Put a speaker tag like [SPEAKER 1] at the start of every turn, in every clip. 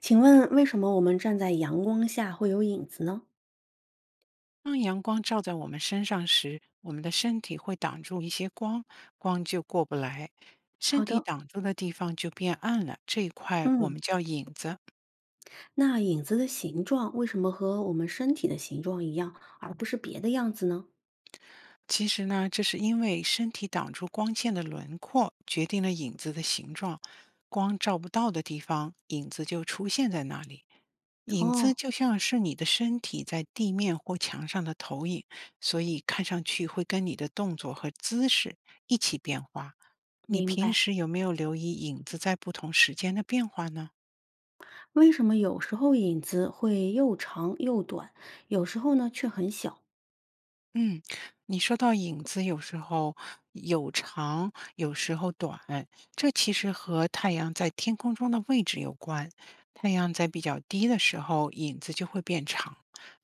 [SPEAKER 1] 请问为什么我们站在阳光下会有影子呢？
[SPEAKER 2] 当阳光照在我们身上时，我们的身体会挡住一些光，光就过不来。身
[SPEAKER 1] 好
[SPEAKER 2] 体
[SPEAKER 1] 的，
[SPEAKER 2] 挡住的地方就变暗了，这一块我
[SPEAKER 1] 嗯，
[SPEAKER 2] 们叫影子。
[SPEAKER 1] 那影子的形状为什么和我们身体的形状一样，而不是别的样子呢？
[SPEAKER 2] 其实呢，这是因为身体挡住光线的轮廓，决定了影子的形状。光照不到的地方，影子就出现在那里。影
[SPEAKER 1] 哦，
[SPEAKER 2] 子就像是你的身体在地面或墙上的投影，所以看上去会跟你的动作和姿势一起变化。你
[SPEAKER 1] 明
[SPEAKER 2] 平
[SPEAKER 1] 白。
[SPEAKER 2] 时有没有留意影子在不同时间的变化呢？
[SPEAKER 1] 为什么有时候影子会又长又短，有时候呢却很小？
[SPEAKER 2] 嗯，你说到影子有时候有长，有时候短，这其实和太阳在天空中的位置有关。太阳在比较低的时候，影子就会变长；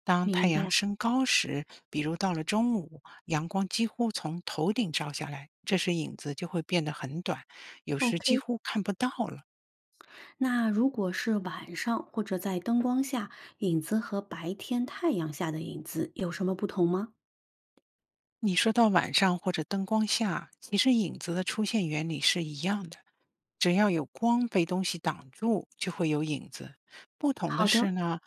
[SPEAKER 2] 当太
[SPEAKER 1] 明
[SPEAKER 2] 阳
[SPEAKER 1] 白。
[SPEAKER 2] 升高时，比如到了中午，阳光几乎从头顶照下来，这时影子就会变得很短，有时几
[SPEAKER 1] OK，
[SPEAKER 2] 乎看不到了。
[SPEAKER 1] 那如果是晚上或者在灯光下，影子和白天太阳下的影子有什么不同吗？
[SPEAKER 2] 你说到晚上或者灯光下，其实影子的出现原理是一样的。只要有光被东西挡住，就会有影子。不同的
[SPEAKER 1] 好
[SPEAKER 2] 是
[SPEAKER 1] 的，
[SPEAKER 2] 呢，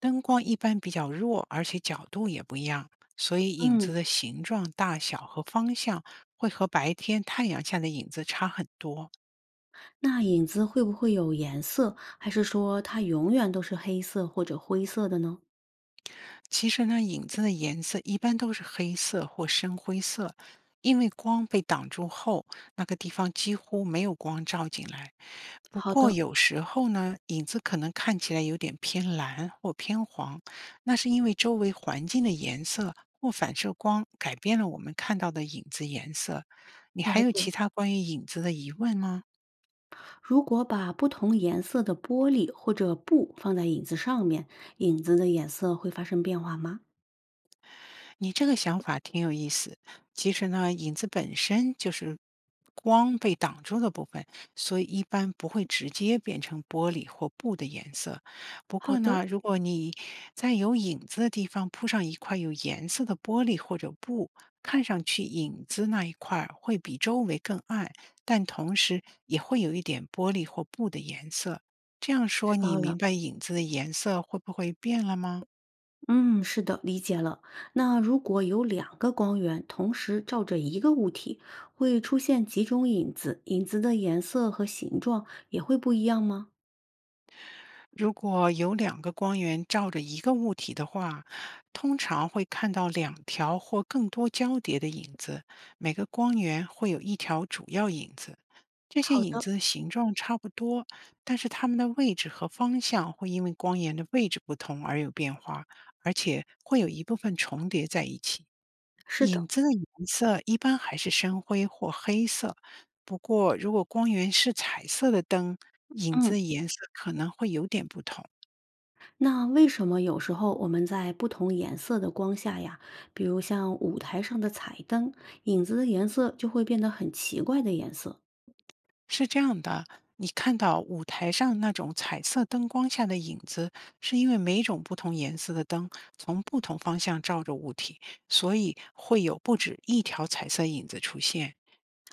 [SPEAKER 2] 灯光一般比较弱，而且角度也不一样，所以影子
[SPEAKER 1] 嗯。
[SPEAKER 2] 的形状、大小和方向会和白天太阳下的影子差很多。
[SPEAKER 1] 那影子会不会有颜色，还是说它永远都是黑色或者灰色的呢？
[SPEAKER 2] 其实呢，影子的颜色一般都是黑色或深灰色，因为光被挡住后，那个地方几乎没有光照进来。不
[SPEAKER 1] 好
[SPEAKER 2] 过
[SPEAKER 1] 的，
[SPEAKER 2] 有时候呢，影子可能看起来有点偏蓝或偏黄，那是因为周围环境的颜色或反射光改变了我们看到的影子颜色。你还
[SPEAKER 1] 了
[SPEAKER 2] 有其
[SPEAKER 1] 解。
[SPEAKER 2] 他关于影子的疑问吗？
[SPEAKER 1] 如果把不同颜色的玻璃或者布放在影子上面，影子的颜色会发生变化吗？
[SPEAKER 2] 你这个想法挺有意思。其实呢，影子本身就是光被挡住的部分，所以一般不会直接变成玻璃或布的颜色。不
[SPEAKER 1] 好
[SPEAKER 2] 过
[SPEAKER 1] 的，
[SPEAKER 2] 呢，如果你在有影子的地方铺上一块有颜色的玻璃或者布，看上去影子那一块儿会比周围更暗，但同时也会有一点玻璃或布的颜色。这样
[SPEAKER 1] 知
[SPEAKER 2] 说，你
[SPEAKER 1] 道了。
[SPEAKER 2] 明白影子的颜色会不会变了吗？
[SPEAKER 1] 嗯，是的，理解了。那如果有两个光源同时照着一个物体，会出现几种影子，影子的颜色和形状也会不一样吗？
[SPEAKER 2] 如果有两个光源照着一个物体的话，通常会看到两条或更多交叠的影子，每个光源会有一条主要影子。这些
[SPEAKER 1] 好
[SPEAKER 2] 影
[SPEAKER 1] 的，
[SPEAKER 2] 子形状差不多，但是它们的位置和方向会因为光源的位置不同而有变化，而且会有一部分重叠在一起。
[SPEAKER 1] 是的，
[SPEAKER 2] 影子的颜色一般还是深灰或黑色，不过如果光源是彩色的灯，影
[SPEAKER 1] 嗯。
[SPEAKER 2] 子颜色可能会有点不同。
[SPEAKER 1] 那为什么有时候我们在不同颜色的光下呀，比如像舞台上的彩灯，影子的颜色就会变得很奇怪的颜色？
[SPEAKER 2] 是这样的，你看到舞台上那种彩色灯光下的影子，是因为每种不同颜色的灯从不同方向照着物体，所以会有不止一条彩色影子出现。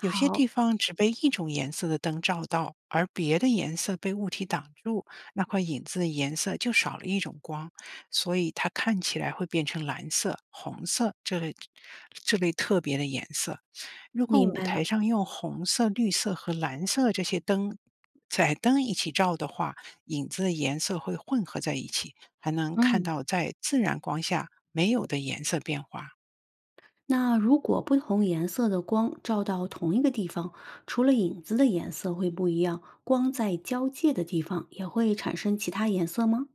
[SPEAKER 2] 有些地方只被一种颜色的灯照到，而别的颜色被物体挡住，那块影子的颜色就少了一种光，所以它看起来会变成蓝色、红色这类特别的颜色。如果
[SPEAKER 1] 明
[SPEAKER 2] 舞
[SPEAKER 1] 白了。
[SPEAKER 2] 台上用红色、绿色和蓝色这些灯彩灯一起照的话，影子的颜色会混合在一起，还能看
[SPEAKER 1] 嗯，
[SPEAKER 2] 到在自然光下没有的颜色变化。
[SPEAKER 1] 那如果不同颜色的光照到同一个地方，除了影子的颜色会不一样，光在交界的地方也会产生其他颜色吗？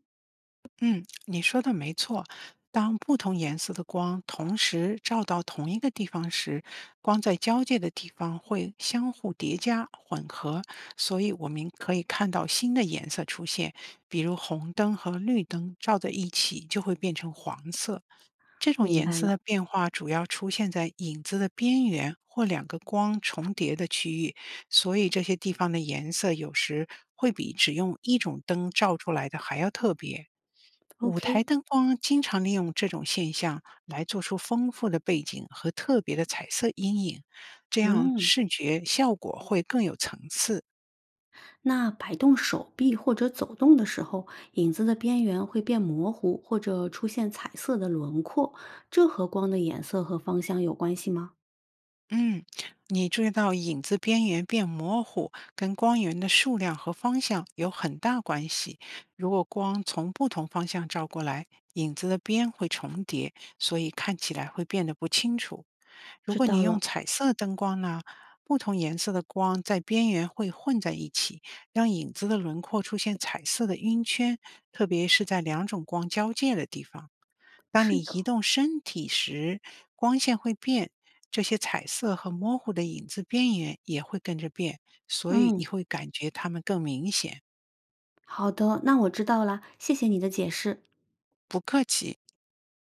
[SPEAKER 2] 你说的没错，当不同颜色的光同时照到同一个地方时，光在交界的地方会相互叠加混合，所以我们可以看到新的颜色出现，比如红灯和绿灯照在一起就会变成黄色。这种
[SPEAKER 1] 明
[SPEAKER 2] 颜
[SPEAKER 1] 白
[SPEAKER 2] 色的
[SPEAKER 1] 了。
[SPEAKER 2] 变化主要出现在影子的边缘或两个光重叠的区域，所以这些地方的颜色有时会比只用一种灯照出来的还要特别。舞台
[SPEAKER 1] OK，
[SPEAKER 2] 灯光经常利用这种现象来做出丰富的背景和特别的彩色阴影，这样
[SPEAKER 1] 嗯。
[SPEAKER 2] 视觉效果会更有层次。
[SPEAKER 1] 那摆动手臂或者走动的时候，影子的边缘会变模糊，或者出现彩色的轮廓，这和光的颜色和方向有关系吗？
[SPEAKER 2] 嗯，你注意到影子边缘变模糊，跟光源的数量和方向有很大关系。如果光从不同方向照过来，影子的边会重叠，所以看起来会变得不清楚。如
[SPEAKER 1] 知
[SPEAKER 2] 果
[SPEAKER 1] 道
[SPEAKER 2] 你用
[SPEAKER 1] 了。
[SPEAKER 2] 彩色灯光呢，不同颜色的光在边缘会混在一起，让影子的轮廓出现彩色的晕圈，特别是在两种光交界的地方。当
[SPEAKER 1] 是
[SPEAKER 2] 你
[SPEAKER 1] 的，
[SPEAKER 2] 移动身体时，光线会变，这些彩色和模糊的影子边缘也会跟着变，所以
[SPEAKER 1] 嗯，
[SPEAKER 2] 你会感觉它们更明显。
[SPEAKER 1] 好的，那我知道啦，谢谢你的解释。
[SPEAKER 2] 不客气。